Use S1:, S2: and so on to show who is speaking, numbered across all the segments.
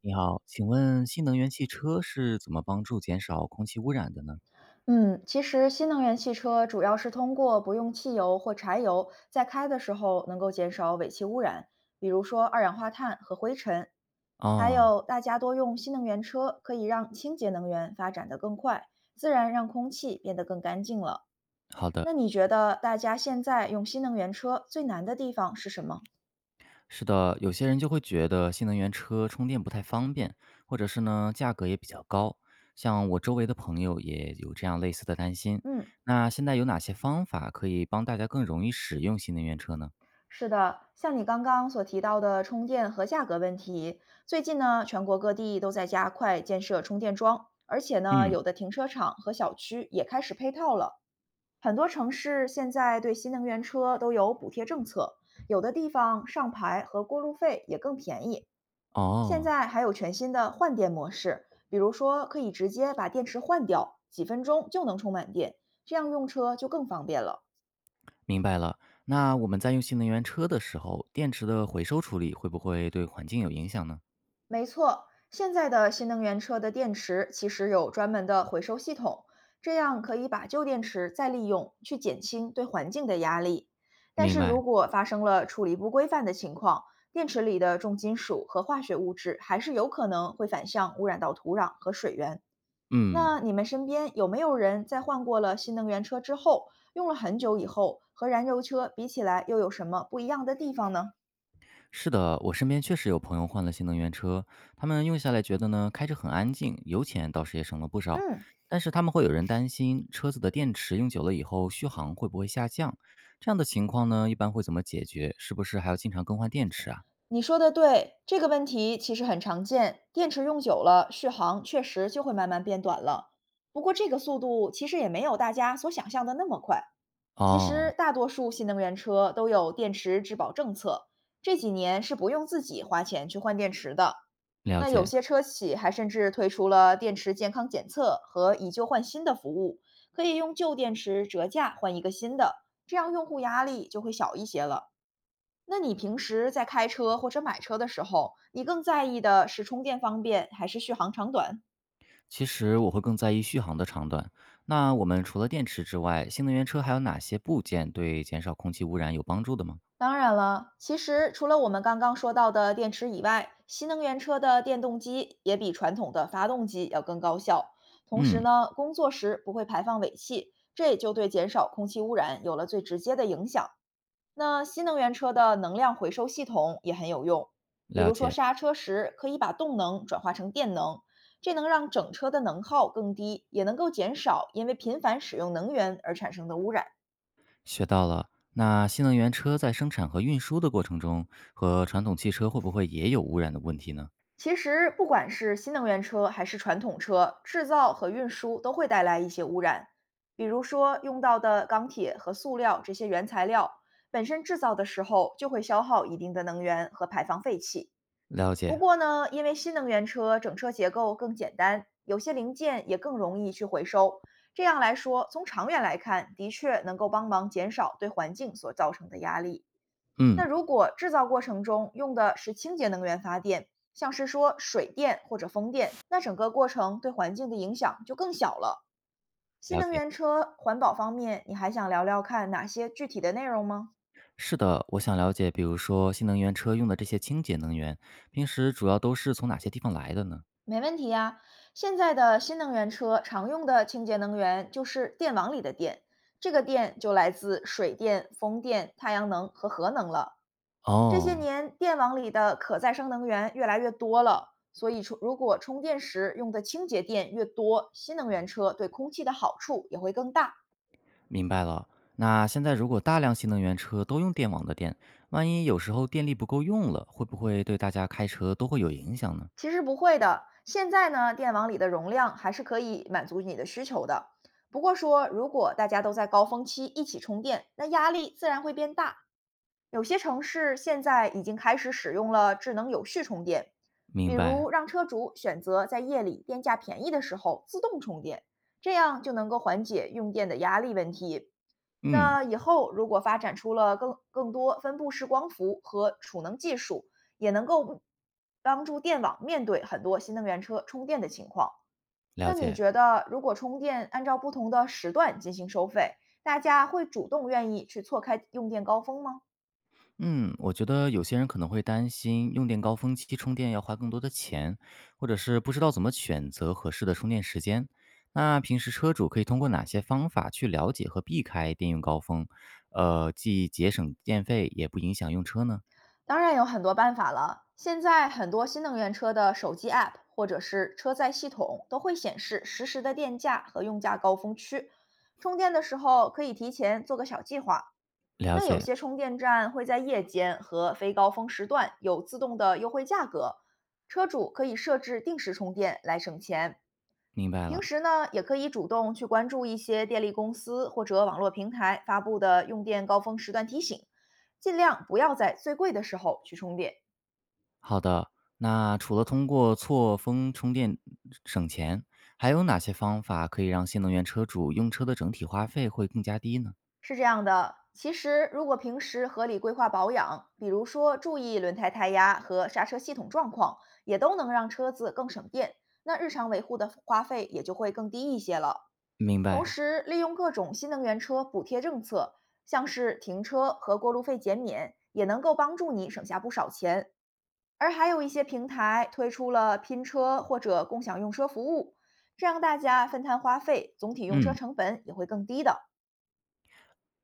S1: 你好，请问新能源汽车是怎么帮助减少空气污染的呢？
S2: 嗯，其实新能源汽车主要是通过不用汽油或柴油，在开的时候能够减少尾气污染，比如说二氧化碳和灰尘。还
S1: 哦，
S2: 有，大家多用新能源车，可以让清洁能源发展得更快，自然让空气变得更干净了。
S1: 好的，
S2: 那你觉得大家现在用新能源车最难的地方是什么？
S1: 是的，有些人就会觉得新能源车充电不太方便，或者是呢价格也比较高。像我周围的朋友也有这样类似的担心。
S2: 嗯。
S1: 那现在有哪些方法可以帮大家更容易使用新能源车呢？
S2: 是的，像你刚刚所提到的充电和价格问题，最近呢，全国各地都在加快建设充电桩，而且呢，
S1: 嗯，
S2: 有的停车场和小区也开始配套了。很多城市现在对新能源车都有补贴政策，有的地方上牌和过路费也更便宜。现
S1: 哦，
S2: 在还有全新的换电模式，比如说可以直接把电池换掉，几分钟就能充满电，这样用车就更方便了。
S1: 明白了。那我们在用新能源车的时候，电池的回收处理会不会对环境有影响呢？
S2: 没错，现在的新能源车的电池其实有专门的回收系统，这样可以把旧电池再利用，去减轻对环境的压力。但
S1: 明
S2: 是
S1: 白，
S2: 如果发生了处理不规范的情况，电池里的重金属和化学物质还是有可能会反向污染到土壤和水源。
S1: 嗯。
S2: 那你们身边有没有人在换过了新能源车之后，用了很久以后，和燃油车比起来又有什么不一样的地方呢？
S1: 是的，我身边确实有朋友换了新能源车，他们用下来觉得呢，开着很安静，油钱倒是也省了不少。
S2: 嗯。
S1: 但是他们会有人担心车子的电池用久了以后续航会不会下降？这样的情况呢，一般会怎么解决？是不是还要经常更换电池啊？
S2: 你说的对，这个问题其实很常见。电池用久了，续航确实就会慢慢变短了。不过这个速度其实也没有大家所想象的那么快。其实
S1: 哦，
S2: 大多数新能源车都有电池质保政策，这几年是不用自己花钱去换电池的。
S1: 了
S2: 那有
S1: 解。
S2: 些车企还甚至推出了电池健康检测和以旧换新的服务，可以用旧电池折价换一个新的，这样用户压力就会小一些了。那你平时在开车或者买车的时候，你更在意的是充电方便还是续航长短？
S1: 其实我会更在意续航的长短。那我们除了电池之外，新能源车还有哪些部件对减少空气污染有帮助的吗？
S2: 当然了，其实除了我们刚刚说到的电池以外，新能源车的电动机也比传统的发动机要更高效。同时
S1: 嗯，
S2: 呢，工作时不会排放尾气，这也就对减少空气污染有了最直接的影响。那新能源车的能量回收系统也很有用，比
S1: 了
S2: 如说
S1: 解。
S2: 刹车时可以把动能转化成电能，这能让整车的能耗更低，也能够减少因为频繁使用能源而产生的污染。
S1: 学到了。那新能源车在生产和运输的过程中，和传统汽车会不会也有污染的问题呢？
S2: 其实，不管是新能源车还是传统车，制造和运输都会带来一些污染，比如说用到的钢铁和塑料这些原材料，本身制造的时候就会消耗一定的能源和排放废气。
S1: 了
S2: 不
S1: 解，
S2: 过呢，因为新能源车整车结构更简单，有些零件也更容易去回收。这样来说，从长远来看，的确能够帮忙减少对环境所造成的压力。
S1: 嗯，
S2: 那如果制造过程中用的是清洁能源发电，像是说水电或者风电，那整个过程对环境的影响就更小了。新
S1: 了
S2: 能
S1: 解。
S2: 源车环保方面，你还想聊聊看哪些具体的内容吗？
S1: 是的，我想了解，比如说新能源车用的这些清洁能源，平时主要都是从哪些地方来的呢？
S2: 没问题呀，现在的新能源车常用的清洁能源就是电网里的电，这个电就来自水电、风电、太阳能和核能了。这些
S1: 哦，
S2: 年，电网里的可再生能源越来越多了，所以充如果充电时用的清洁电越多，新能源车对空气的好处也会更大。
S1: 明白了。那现在如果大量新能源车都用电网的电，万一有时候电力不够用了，会不会对大家开车都会有影响呢？
S2: 其实不会的，现在呢，电网里的容量还是可以满足你的需求的。不过说，如果大家都在高峰期一起充电，那压力自然会变大。有些城市现在已经开始使用了智能有序充电，比
S1: 明白，
S2: 如让车主选择在夜里电价便宜的时候自动充电，这样就能够缓解用电的压力问题。
S1: 嗯，
S2: 那以后如果发展出了更多分布式光伏和储能技术，也能够帮助电网面对很多新能源车充电的情况。
S1: 了
S2: 那你
S1: 解。
S2: 觉得，如果充电按照不同的时段进行收费，大家会主动愿意去错开用电高峰吗？
S1: 嗯，我觉得有些人可能会担心用电高峰期充电要花更多的钱，或者是不知道怎么选择合适的充电时间。那平时车主可以通过哪些方法去了解和避开电用高峰？既节省电费，也不影响用车呢？
S2: 当然有很多办法了。现在很多新能源车的手机 App 或者是车载系统都会显示实时的电价和用价高峰区，充电的时候可以提前做个小计划。
S1: 了
S2: 那有
S1: 解，
S2: 些充电站会在夜间和非高峰时段有自动的优惠价格，车主可以设置定时充电来省钱。
S1: 明白
S2: 平
S1: 了。
S2: 时呢，也可以主动去关注一些电力公司或者网络平台发布的用电高峰时段提醒，尽量不要在最贵的时候去充电。
S1: 好的，那除了通过错峰充电省钱，还有哪些方法可以让新能源车主用车的整体花费会更加低呢？
S2: 是这样的，其实如果平时合理规划保养，比如说注意轮胎胎压和刹车系统状况，也都能让车子更省电，那日常维护的花费也就会更低一些了。
S1: 明
S2: 同
S1: 白，
S2: 时，利用各种新能源车补贴政策，像是停车和过路费减免，也能够帮助你省下不少钱。而还有一些平台推出了拼车或者共享用车服务，这样大家分摊花费，总体用车
S1: 嗯。
S2: 成本也会更低的。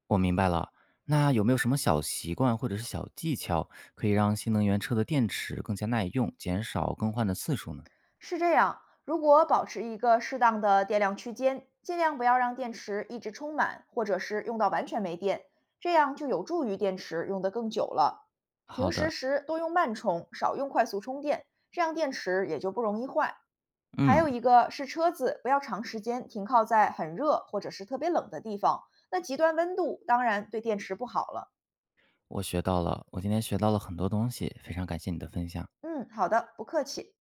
S1: 我明白了。那有没有什么小习惯或者是小技巧，可以让新能源车的电池更加耐用，减少更换的次数呢？
S2: 是这样，如果保持一个适当的电量区间，尽量不要让电池一直充满，或者是用到完全没电，这样就有助于电池用得更久了。平
S1: 好
S2: 时
S1: 的，
S2: 时多用慢充，少用快速充电，这样电池也就不容易坏。还
S1: 嗯，
S2: 有一个是车子不要长时间停靠在很热或者是特别冷的地方，那极端温度当然对电池不好了。
S1: 我学到了，我今天学到了很多东西，非常感谢你的分享。
S2: 嗯，好的，不客气。